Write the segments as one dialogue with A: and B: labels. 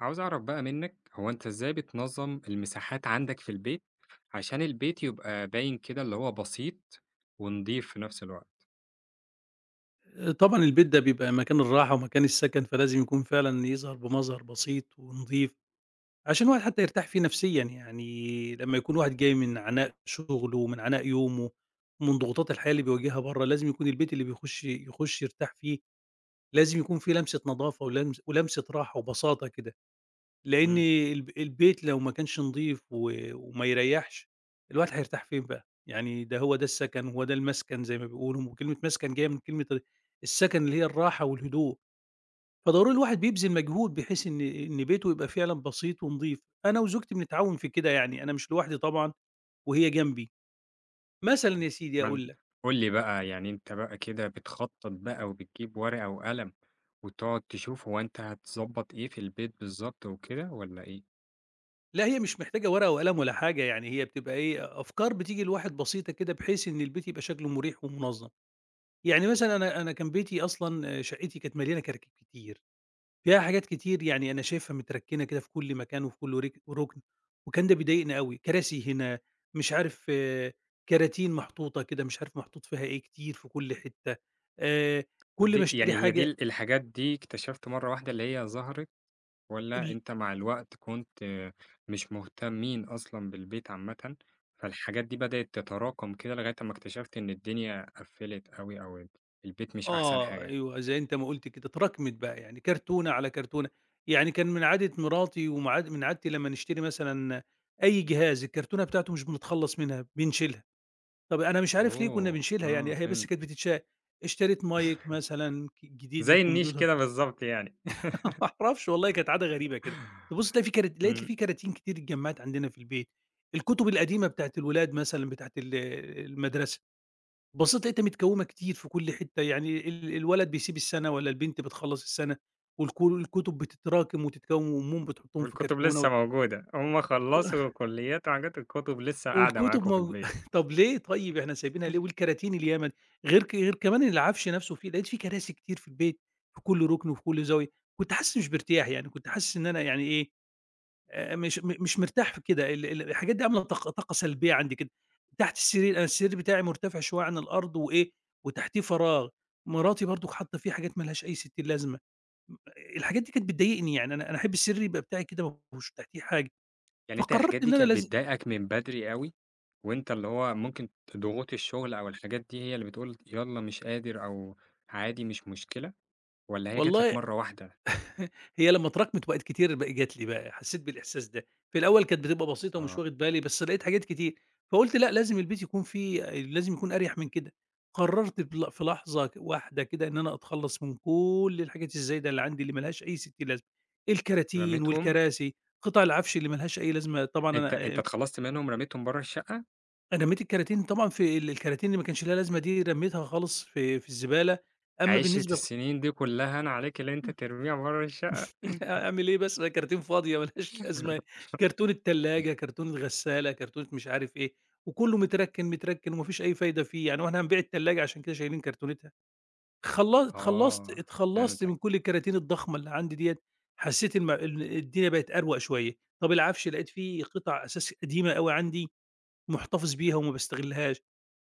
A: عاوز أعرف بقى منك، هو أنت إزاي بتنظّم المساحات عندك في البيت، عشان البيت يبقى باين كده اللي هو بسيط ونضيف في نفس الوقت؟
B: طبعًا البيت ده بيبقى مكان الراحة ومكان السكن، فلازم يكون فعلًا يظهر بمظهر بسيط ونضيف، عشان الواحد حتى يرتاح فيه نفسيًا، يعني لمّا يكون واحد جاي من عناء شغله ومن عناء يومه، ومن ضغوطات الحياة اللي بيواجهها برّه، لازم يكون البيت اللي يخش يرتاح فيه، لازم يكون فيه لمسة نضافة ولمسة راحة وبساطة كده. لإن
A: إمم.
B: البيت لو ما كانش نضيف وما يريّحش، الواحد هيرتاح فين بقى؟ يعني ده هو ده السكن، هو ده المسكن زي ما بيقولوا، وكلمة مسكن جاية من كلمة السكن اللي هي الراحة والهدوء، فضروري الواحد بيبذل مجهود بحيث إن بيته يبقى فعلًا بسيط ونضيف. أنا وزوجتي بنتعاون في كده يعني، أنا مش لوحدي طبعًا وهي جنبي. مثلًا
A: إمم.
B: يا سيدي
A: ما أنت
B: أقول لك،
A: قُل لي بقى يعني أنت بقى كده بتخطّط بقى وبتجيب ورقة وقلم، وتقعد تشوف هو أنت هتضبّط إيه في البيت بالضبط وكده والّا إيه؟
B: لأ هي مش محتاجة ورقة وقلم ولا حاجة، يعني هي بتبقى إيه، أفكار بتيجي للواحد بسيطة كده بحيث إن البيت يبقى شكله مريح ومنظم. يعني مثلًا أنا كان بيتي أصلًا شقتي كانت مليانة كراكيب كتير، فيها حاجات كتير يعني أنا شايفها متركنة كده في كل مكان وفي كل ركن، وكان ده بيضايقني أوي، كراسي هنا، مش عارف كراتين محطوطة كده، مش عارف محطوط فيها إيه، كتير في كل حتة، آآ،
A: طب
B: كل ما
A: دي
B: اشتري
A: يعني هي دي
B: حاجة
A: الحاجات دي اكتشفت مرّة واحدة اللي هي ظهرت والّا
B: ال
A: أنت مع الوقت كنت مش مهتمين أصلًا بالبيت عامةً، فالحاجات دي بدأت تتراكم كده لغاية أمّا اكتشفت إن الدنيا قفّلت أوي أو البيت مش أحسن
B: آه،
A: حاجة؟
B: أيوه زي أنت ما قُلت كده، اتراكمت بقى يعني كرتونة على كرتونة، يعني كان من عادة مراتي ومع من عادتي لمّا نشتري مثلًا أي جهاز الكرتونة بتاعته مش بنتخلص منها، بنشيلها. طب أنا مش عارف ليه كُنّا
A: أوه!
B: بنشيلها،
A: آه،
B: يعني هي بس
A: فهمت.
B: كانت بتتشال. اشتريت مايك مثلًا جديد
A: زي النيش
B: للكمبيوتر،
A: كده بالضبط يعني.
B: ما أعرفش والله كانت عادة غريبة كده. تبُص تلاقي في كرات لقيت
A: إمم.
B: في كراتين كتير اتجمّعت عندنا في البيت، الكتب القديمة بتاعة الولاد مثلًا بتاعة المدرسة، بصّيت لقيتها متكوّمة كتير في كل حتّة، يعني الولد بيسيب السَنة والّا البنت بتخلّص السَنة الكتب بتتراكم وتتكوّم وأمهم بتحطّهم في
A: والكتب لسه
B: كرتونة
A: موجودة، هم خلّصوا كليات وحاجات، الكتب لسه قاعدة
B: والكتب
A: معاكم في البيت.
B: طب ليه طيب إحنا سايبينها ليه؟ والكراتين الياما دي، غير كمان إن العفش نفسه فيه لقيت فيه كراسي كتير في البيت في كل رُكن وفي كل زاوية، كنت حاسس مش بارتياح يعني، كنت حاسس إن أنا يعني إيه، مش مرتاح في كده ال ال الحاجات دي عاملة طاقة سلبية عندي كده، تحت السرير أنا السرير بتاعي مرتفع شوية عن الأرض وإيه، وتحتيه فراغ، مراتي برضك حاطة فيه حاجات ما لهاش أي ستين لازمة، م الحاجات دي كانت بتضايقني يعني أنا أحب السرير يبقى بتاعي كده ما فيهوش تحتيه حاجة،
A: يعني أنت الحاجات
B: فقررت
A: دي
B: إن أنا
A: كانت بتضايقك من بدري أوي، وأنت اللي هو ممكن ضغوط الشغل أو الحاجات دي هي اللي بتقول يالّا مش قادر أو عادي مش مشكلة، والّا هي جات لك
B: والله
A: مرّة واحدة
B: هي لمّا اتراكمت وبقت كتير بقى جات لي بقى، حسيت بالإحساس ده. في الأول كانت بتبقى بسيطة ومش واخد بالي، بس لقيت حاجات كتير، فقُلت لأ، لازم البيت يكون فيه لازم يكون أريح من كده. قررت في لحظة واحدة كده إن أنا أتخلّص من كل الحاجات الزايدة اللي عندي اللي ما لهاش أي ستين لازمة، الكراتين
A: فرميتهم؟
B: والكراسي، قطع العفش اللي ما لهاش أي لازمة طبعًا
A: أنت
B: أنا
A: أنت اتخلّصت منهم رميتهم برّه الشقة،
B: أنا رميت الكراتين طبعًا في ال الكراتين اللي ما كانش ليها لازمة دي رميتها خالص في الزبالة، أمّا
A: عِشرة
B: بالنسبة
A: السنين دي كلّها أنا عليك اللي
B: ل
A: أنت ترميها برّه الشقة.
B: أعمل إيه بس؟ أنا كراتين فاضية ما لهاش لازمة، كرتون التلاجة، كرتون الغسالة، كرتونة مش عارف إيه، وكلّه متركِّن، متركِّن وما فيش أي فايدة فيه، يعني هو إحنا هنبيع التلاجة عشان كده شايلين كرتونتها؟ خلّصت اتخلّصت
A: آه،
B: اتخلّصت
A: فهمتك.
B: من كل الكراتين الضخمة اللي عندي ديّة، حسّيت الم ال الدنيا بقت أروق شوية. طَب العفش لقيت فيه قطع أثاث قديمة أوي عندي، مُحتفظ بيها وما باستغلّهاش،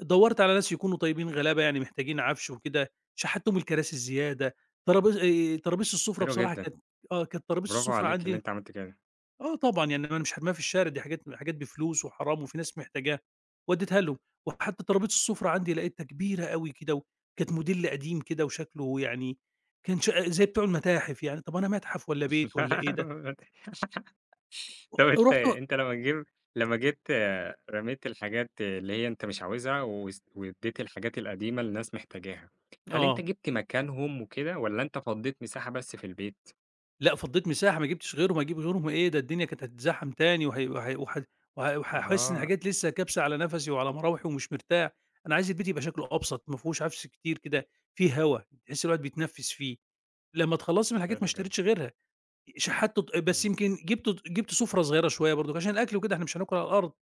B: دَوّرت على ناس يكونوا طيبين غلابة، يعني محتاجين عَفْش وكده، شحّتهم الكراسي الزيادة، ترابيز السُفرة
A: حلو
B: بصراحة
A: جدًا.
B: كانت كانت ترابيز
A: برافو
B: السُفرة
A: عليك اللي
B: عندي
A: أنت عملت كده.
B: آه طبعًا، يعني أنا مش هارميها في الشارع دي حاجات حاجات بفلوس وحرام وفي ناس محتاجاها، ودّيتها لهم، وحتى ترابيزة السُفرة عندي لقيتها كبيرة أوي كده وكانت موديل قديم كده وشكله يعني كان زي بتوع المتاحف يعني، طَب أنا متحف والّا بيت والّا إيه ده؟
A: طب أنت
B: رُحت
A: أنت لمّا جيت رميت الحاجات اللي هي أنت مش عاوزها وادّيت الحاجات القديمة لناس محتاجاها، هل أنت
B: آه.
A: جِبت مكانهم وكده والّا أنت فضّيت مساحة بس في البيت؟
B: لأ، فضّيت مساحة ما جِبتش غيرهم، هاجيب غيرهم إيه، ده الدنيا كانت هتتزحّم تاني وهي وهي وح وه وهاحس إن
A: آه.
B: حاجات لسه كابسة على نَفَسي وعلى مراوحي ومش مرتاح، أنا عايز البيت يبقى شكله أبسط، ما فيهوش عفش كتير كده، فيه هوا، تحس الواحد بيتنفّس فيه. لمّا اتخلّصت من الحاجات ما
A: حلو جدًا.
B: اشتريتش غيرها، شحّتّ ط بس
A: إمم.
B: يمكن جِبت سُفرة صغيرة شوية برضُك عشان الأكل وكده إحنا مش هناكل على الأرض،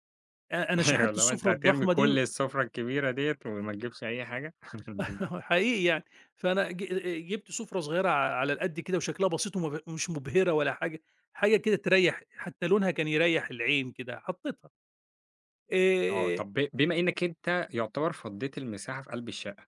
B: أنا
A: أيوه،
B: شحّتّ
A: اللي هو أنت
B: السُفرة
A: هترمي
B: الضخمة دي
A: كل السفرة الكبيرة ديّة وما تجيبش أي حاجة؟
B: هو حقيقي يعني، فأنا جِبت سُفرة صغيرة ع على القد كده وشكلها بسيط ومش مُبهرة ولا حاجة، حاجة كده تريّح، حتى لونها كان يريّح العين كده، حطيتها
A: آه.
B: آآ
A: طب بما إنّك أنت يعتبر فضّيت المساحة في قلب الشقة،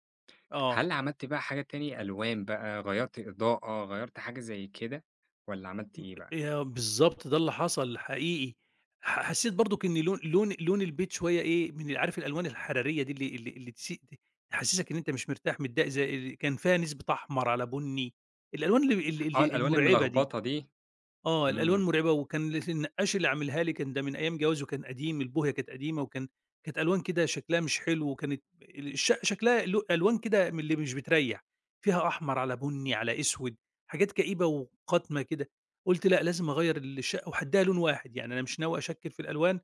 B: آه،
A: هل عملت بقى حاجة تاني؟ ألوان بقى، غيّرت إضاءة، غيّرت حاجة زي كده والّا عملت إيه بقى؟
B: بالضبط ده اللي حصل حقيقي، حسيت برضُك إن لون البيت شوية إيه، من عارف الألوان الحرارية دي اللي تحسسك إن أنت مش مرتاح متضايق زي ال كان فيها نسبة أحمر على بُني، الألوان اللي اللي
A: آه،
B: اللي
A: الألوان
B: المُرعبة دي.
A: الملخبطة دي.
B: آه، الألوان
A: إمم.
B: مرعبة وكان النقّاش اللي عاملها لي كان ده من أيام جوازي وكان قديم، البوهية كانت قديمة وكان كانت ألوان كده شكلها مش حلو وكانت ال الش شكلها ألوان كده من اللي مش بتريّح، فيها أحمر، على بُني، على أسود، حاجات كئيبة وقاتمة كده. قُلت لأ، لازم أغيّر الشقة وهادّيها لون واحد، يعني أنا مش ناوي أشكِّل في الألوان،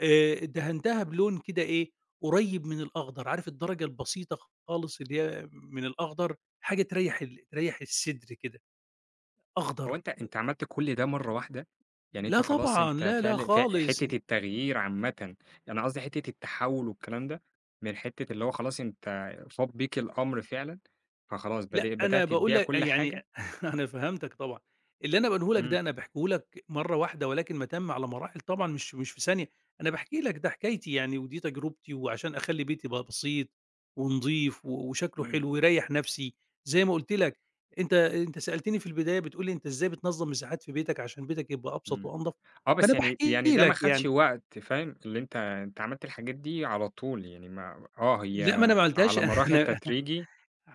B: دهنتها بلون كده إيه، قريّب من الأخضر، عارف الدرجة البسيطة خالص اللي هي من الأخضر، حاجة تريّح الصدر كده،
A: هو
B: أخضر.
A: أنت عملت كل ده مرّة واحدة؟ يعني
B: لا
A: أنت خلاص
B: طبعًا،
A: أنت
B: لا، لا
A: فعلًا
B: خالص.
A: حتّة التغيير عامةً، أنا قصدي حتّة التحوّل والكلام ده، من حتّة اللي هو خلاص أنت فاض بيك الأمر فعلًا، فخلاص
B: لأ،
A: بدأ
B: أنا
A: بدأت
B: باقول
A: تبيع
B: لك
A: كل حاجة.
B: يعني أنا فهمتك طبعًا. اللي أنا باقوله لك
A: إمم.
B: ده أنا باحكيه لك مرّة واحدة ولكن مَتَم على مراحل طبعًا مش في ثانية. أنا باحكي لك ده حكايتي يعني ودي تجربتي وعشان أخلّي بيتي يبقى بسيط ونضيف وشكله
A: إمم.
B: حلو ويريّح نَفْسي زي ما قُلت لك. أنت سألتني في البداية بتقول لي: "أنت إزاي بتنظّم مساحات في بيتك عشان بيتك يبقى أبسط
A: إمم.
B: وأنضف؟"
A: آه، بس
B: فأنا
A: يعني
B: باحكي
A: ده ما
B: لك
A: خدش
B: يعني.
A: وقت فاهم، اللي أنت عملت الحاجات دي على طول يعني ما هي
B: لأ، ما أنا ما عملتهاش
A: على مراحل
B: أنا
A: تدريجي،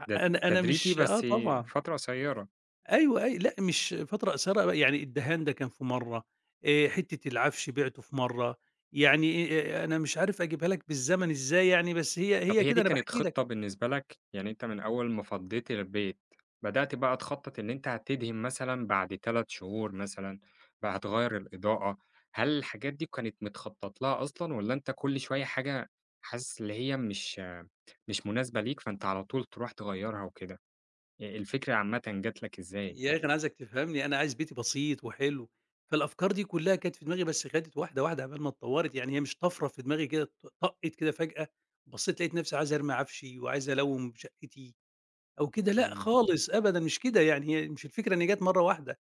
A: د
B: أنا
A: تدريجي
B: مش
A: بس
B: طبعًا.
A: فترة قصيّرة.
B: أيوه، أي لأ مش فترة قصيرة بقى، يعني الدهان ده كان في مرّة، حتّة العفش بِعته في مرّة، يعني أنا مش عارف أجيبها لك بالزمن إزاي يعني، بس هي
A: طب
B: هي
A: هي دي
B: كده أنا
A: كانت
B: باحكي لك.
A: خطة بالنسبة لك، يعني أنت من أول ما فضّيت البيت، بدأت بقى تخطّط إن أنت هتدهن مثلًا بعد 3 شهور مثلًا، بقى هتغيّر الإضاءة، هل الحاجات دي كانت متخطط لها أصلًا والّا أنت كل شوية حاجة حاسس اللي هي مش مناسبة ليك، فأنت على طول تروح تغيّرها وكده؟ الفكرة عامةً جات لك إزاي؟
B: يا أخي أنا عايزك تفهمني، أنا عايز بيتي بسيط وحلو، فالأفكار دي كلّها كانت في دماغي بس خدِت واحدة، واحدة عقبال ما اتطوّرت، يعني هي مش طَفرة في دماغي كده طَقِّت كده فجأة، بصّيت لقيت نفسي عايز أرمي عفشي وعايز ألوّم شقتي أو كده، لأ
A: إمم.
B: خالص أبدًا مش كده، يعني هي مش الفكرة إن هي جات مرّة واحدة،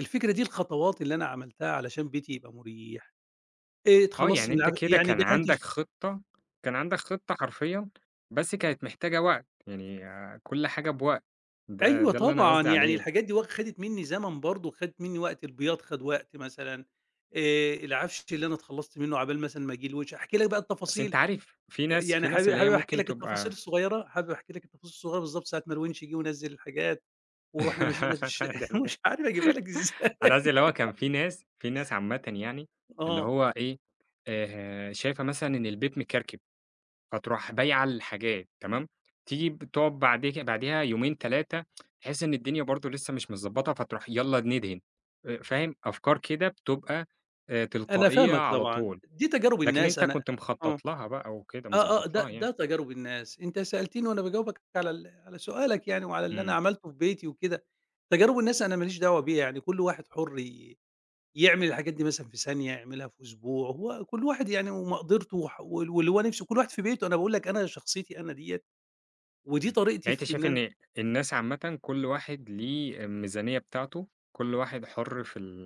B: الفكرة دي الخطوات اللي أنا عملتها علشان بيتي يبقى مُريح
A: آه،
B: اتخلّصتِ
A: يعني
B: من
A: أنت كده
B: يعني
A: كان
B: دهنتِ
A: عندك خطة كان عندك خطة حرفيًا، بس كانت محتاجة وقت، يعني كل حاجة بوقت، ده
B: أيوه
A: ده اللي أنا
B: طبعًا،
A: قصدي
B: يعني
A: عليه.
B: الحاجات دي خدِت منّي زمن برضه، خدِت منّي وقت، البياض خَد وقت مثلًا، العَفش اللي أنا اتخلّصت منّه عقبال مثلًا ما ييجي الوِش، أحكي لك بقى
A: بس أنت
B: التفاصيل،
A: عارف في ناس،
B: يعني
A: في ناس
B: حابب
A: اللي
B: حابب
A: هي
B: أحكي
A: ممكن
B: لك التفاصيل
A: تبقى.
B: الصغيّرة، حابب أحكي لك التفاصيل الصغيّرة بالضبط ساعة ما الوِنش جِه ونزّل الحاجات ورُحنا مشينا في الش
A: يعني ج
B: مش عارف أجيبها لك
A: أنا
B: إزاي
A: قصدي اللي هو كان في ناس عامةً يعني اللي
B: آه،
A: هو إيه، شايفة مثلًا إن البيت مكركب، فتروح بايعة الحاجات تمام، تيجي تقعد بعديها يومين، 3 تحس إن الدنيا برضه لسه مش متضبّطة، فتروح يالّا ندهن. فاهم؟ أفكار كده بتبقى
B: أنا
A: تلقائية
B: فاهمك
A: على
B: طبعًا،
A: طول،
B: دي تجارب
A: لكن
B: الناس
A: أنت
B: أنا
A: كنت
B: آه.
A: مخطط لها بقى وكده،
B: آه.
A: مضبّط
B: آه. ده
A: لها
B: ده
A: يعني.
B: تجارب الناس، أنت سألتني وأنا باجاوبك على سؤالك يعني وعلى اللي أنا
A: إمم.
B: عملته في بيتي وكده، تجارب الناس أنا ما ليش دعوة بيها، يعني كل واحد حُر يعمل الحاجات دي مثلًا في ثانية، يعملها في أسبوع، هو كل واحد يعني ومقدرته وح وال واللي هو نِفْسه كل واحد في بيته، أنا باقول لك أنا شخصيتي أنا ديّة، ودي
A: إمم.
B: طريقتي
A: يعني أنتِ
B: في إن
A: شايفة
B: أنا
A: إن الناس عامةً كل واحد ليه الميزانية بتاعته، كل واحد حُر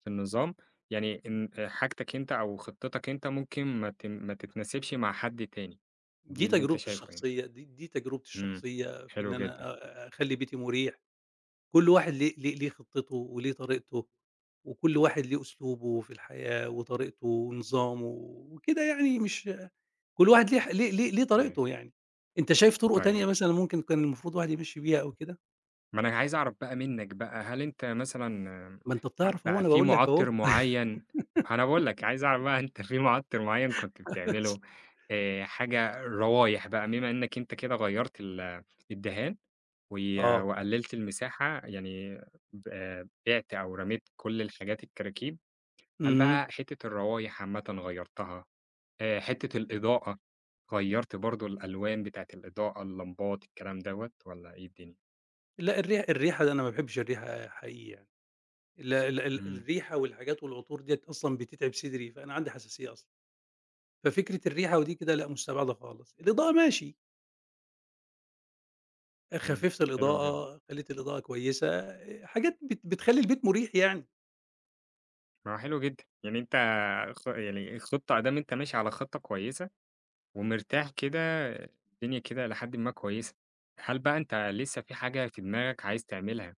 A: في النظام، يعني إن حاجتك أنت أو خطتك أنت ممكن ما تتناسبش مع حد تاني، دي
B: دي
A: اللي أنت
B: تجربتي
A: شايفه يعني.
B: الشخصية، دي تجربتي
A: إمم.
B: الشخصية في
A: حلو
B: إن أنا
A: جدًا.
B: أخلّي بيتي مُريح. كل واحد ليه خطته وليه طريقته، وكل واحد ليه أسلوبه في الحياة وطريقته ونظامه وكده يعني مش كل واحد ليه ح ليه ليه ليه
A: آآ
B: طريقته يعني. أنت شايف طُرق تانية
A: طيب.
B: مثلًا ممكن كان المفروض الواحد يمشّي بيها أو كده؟
A: ما أنا عايز أعرف بقى منّك بقى، هل أنت مثلًا
B: ما أنت بتعرف أهو
A: بقى
B: أنا
A: في
B: باقول لك أهو.
A: مُعطّر معيّن؟ ما أنا باقول لك، عايز أعرف بقى أنت في مُعطّر معيّن كنت بتعمله، حاجة روايح بقى، بما إنّك أنت كده غيّرت الدهان
B: آه.
A: وقلّلت المساحة، يعني ب آه، بِعت أو رميت كل الحاجات الكراكيب، هل
B: اهم.
A: بقى حتّة الروايح عامةً غيّرتها، حتّة الإضاءة، غيّرت برضه الألوان بتاعة الإضاءة، اللمبات، الكلام دوّة والّا إيه الدنيا؟
B: لأ الريحة ده أنا ما باحبش الريحة حقيقي يعني. ال ال ال
A: إمم.
B: الريحة والحاجات والعطور ديّة أصلًا بتتعب صدري، فأنا عندي حساسية أصلًا. ففكرة الريحة ودي كده لأ مستبعدة خالص. الإضاءة ماشي.
A: إمم.
B: خفِّفت
A: حلو جدًا.
B: الإضاءة، خلّيت الإضاءة كويسة، حاجات بتخلّي البيت مُريح يعني.
A: ما هو حلو جدًا، يعني أنت يعني خطة أدام، أنت ماشي على خطة كويسة ومرتاح كده، الدنيا كده إلى حدٍ ما كويسة، هل بقى أنت لسه في حاجة في دماغك عايز تعملها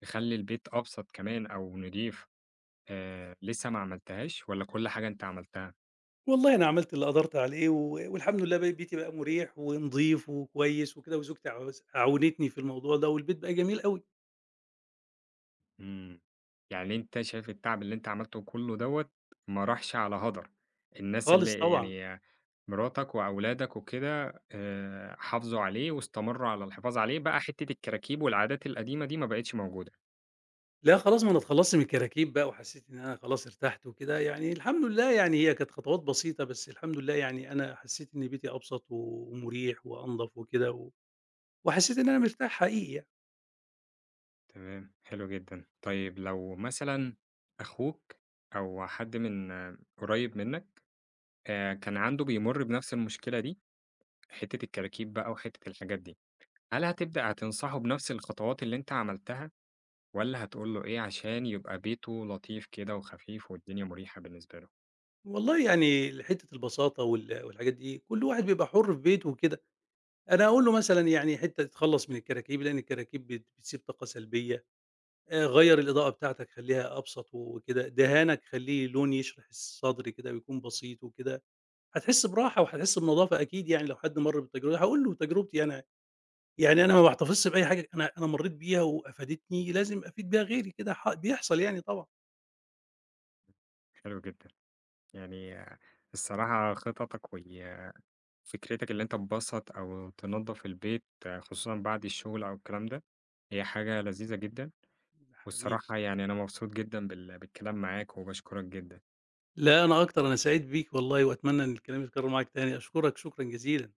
A: تخلّي البيت أبسط كمان أو نضيف، لسه ما عملتهاش والّا كل حاجة أنت عملتها؟
B: والله أنا عملت اللي قدرت عليه والحمد لله بقى بيتي بقى مُريح ونضيف وكويس وكده وزوجتي عاونتني في الموضوع ده والبيت بقى جميل أوي
A: إمم. يعني أنت شايف التعب اللي أنت عملته كُلّه دوّة ما راحش على هدر، الناس
B: خالص
A: اللي
B: طبعًا.
A: يعني مراتك وأولادك وكده حافظوا عليه واستمروا على الحفاظ عليه، بقى حتّة الكراكيب والعادات القديمة دي ما بقِتش موجودة.
B: لأ خلاص ما أنا اتخلّصت من الكراكيب بقى وحسّيت إن أنا خلاص ارتحت وكده، يعني الحمد لله يعني هي كانت خطوات بسيطة، بس الحمد لله يعني أنا حسّيت إن بيتي أبسط ومُريح وأنضف وكده وحسّيت إن أنا مرتاح حقيقي يعني.
A: تمام، حلو جدًا. طيب لو مثلًا أخوك أو حد من قريّب منّك كان عنده بيمُر بنفس المشكلة دي، حتّة الكراكيب بقى وحتّة الحاجات دي، هل هتنصحه بنفس الخطوات اللي أنت عملتها؟ والّا هتقول له إيه عشان يبقى بيته لطيف كده وخفيف والدنيا مُريحة بالنسبة له؟
B: والله يعني حتة البساطة والحاجات دي، كل واحد بيبقى حُر في بيته وكده، أنا أقول له مثلًا يعني حتة تتخلّص من الكراكيب، لإن الكراكيب بتسيب طاقة سلبية، غيّر الإضاءة بتاعتك خلّيها أبسط وكده، دهانك خلّيه لون يشرح الصدر كده ويكون بسيط وكده، هتحس براحة وهتحس بنضافة أكيد يعني لو حد مَر بالتجربة دي، هاقول له تجربتي أنا، يعني أنا ما باحتفظش بأي حاجة أنا مرّيت بيها وأفادتني، لازم أفيد بيها غيري كده بيحصل يعني طبعًا.
A: حلو جدًا. يعني الصراحة خططك فكرتك اللي أنت تبسّط أو تنضّف البيت، خصوصًا بعد الشغل أو الكلام ده، هي حاجة لذيذة جدًا،
B: حبيبي.
A: والصراحة يعني أنا مبسوط جدًا بالكلام معاك وباشكرك جدًا.
B: لا أنا أكتر، أنا سعيد بيك والله وأتمنى إن الكلام يتكرر معاك تاني، أشكرك شكرًا جزيلًا.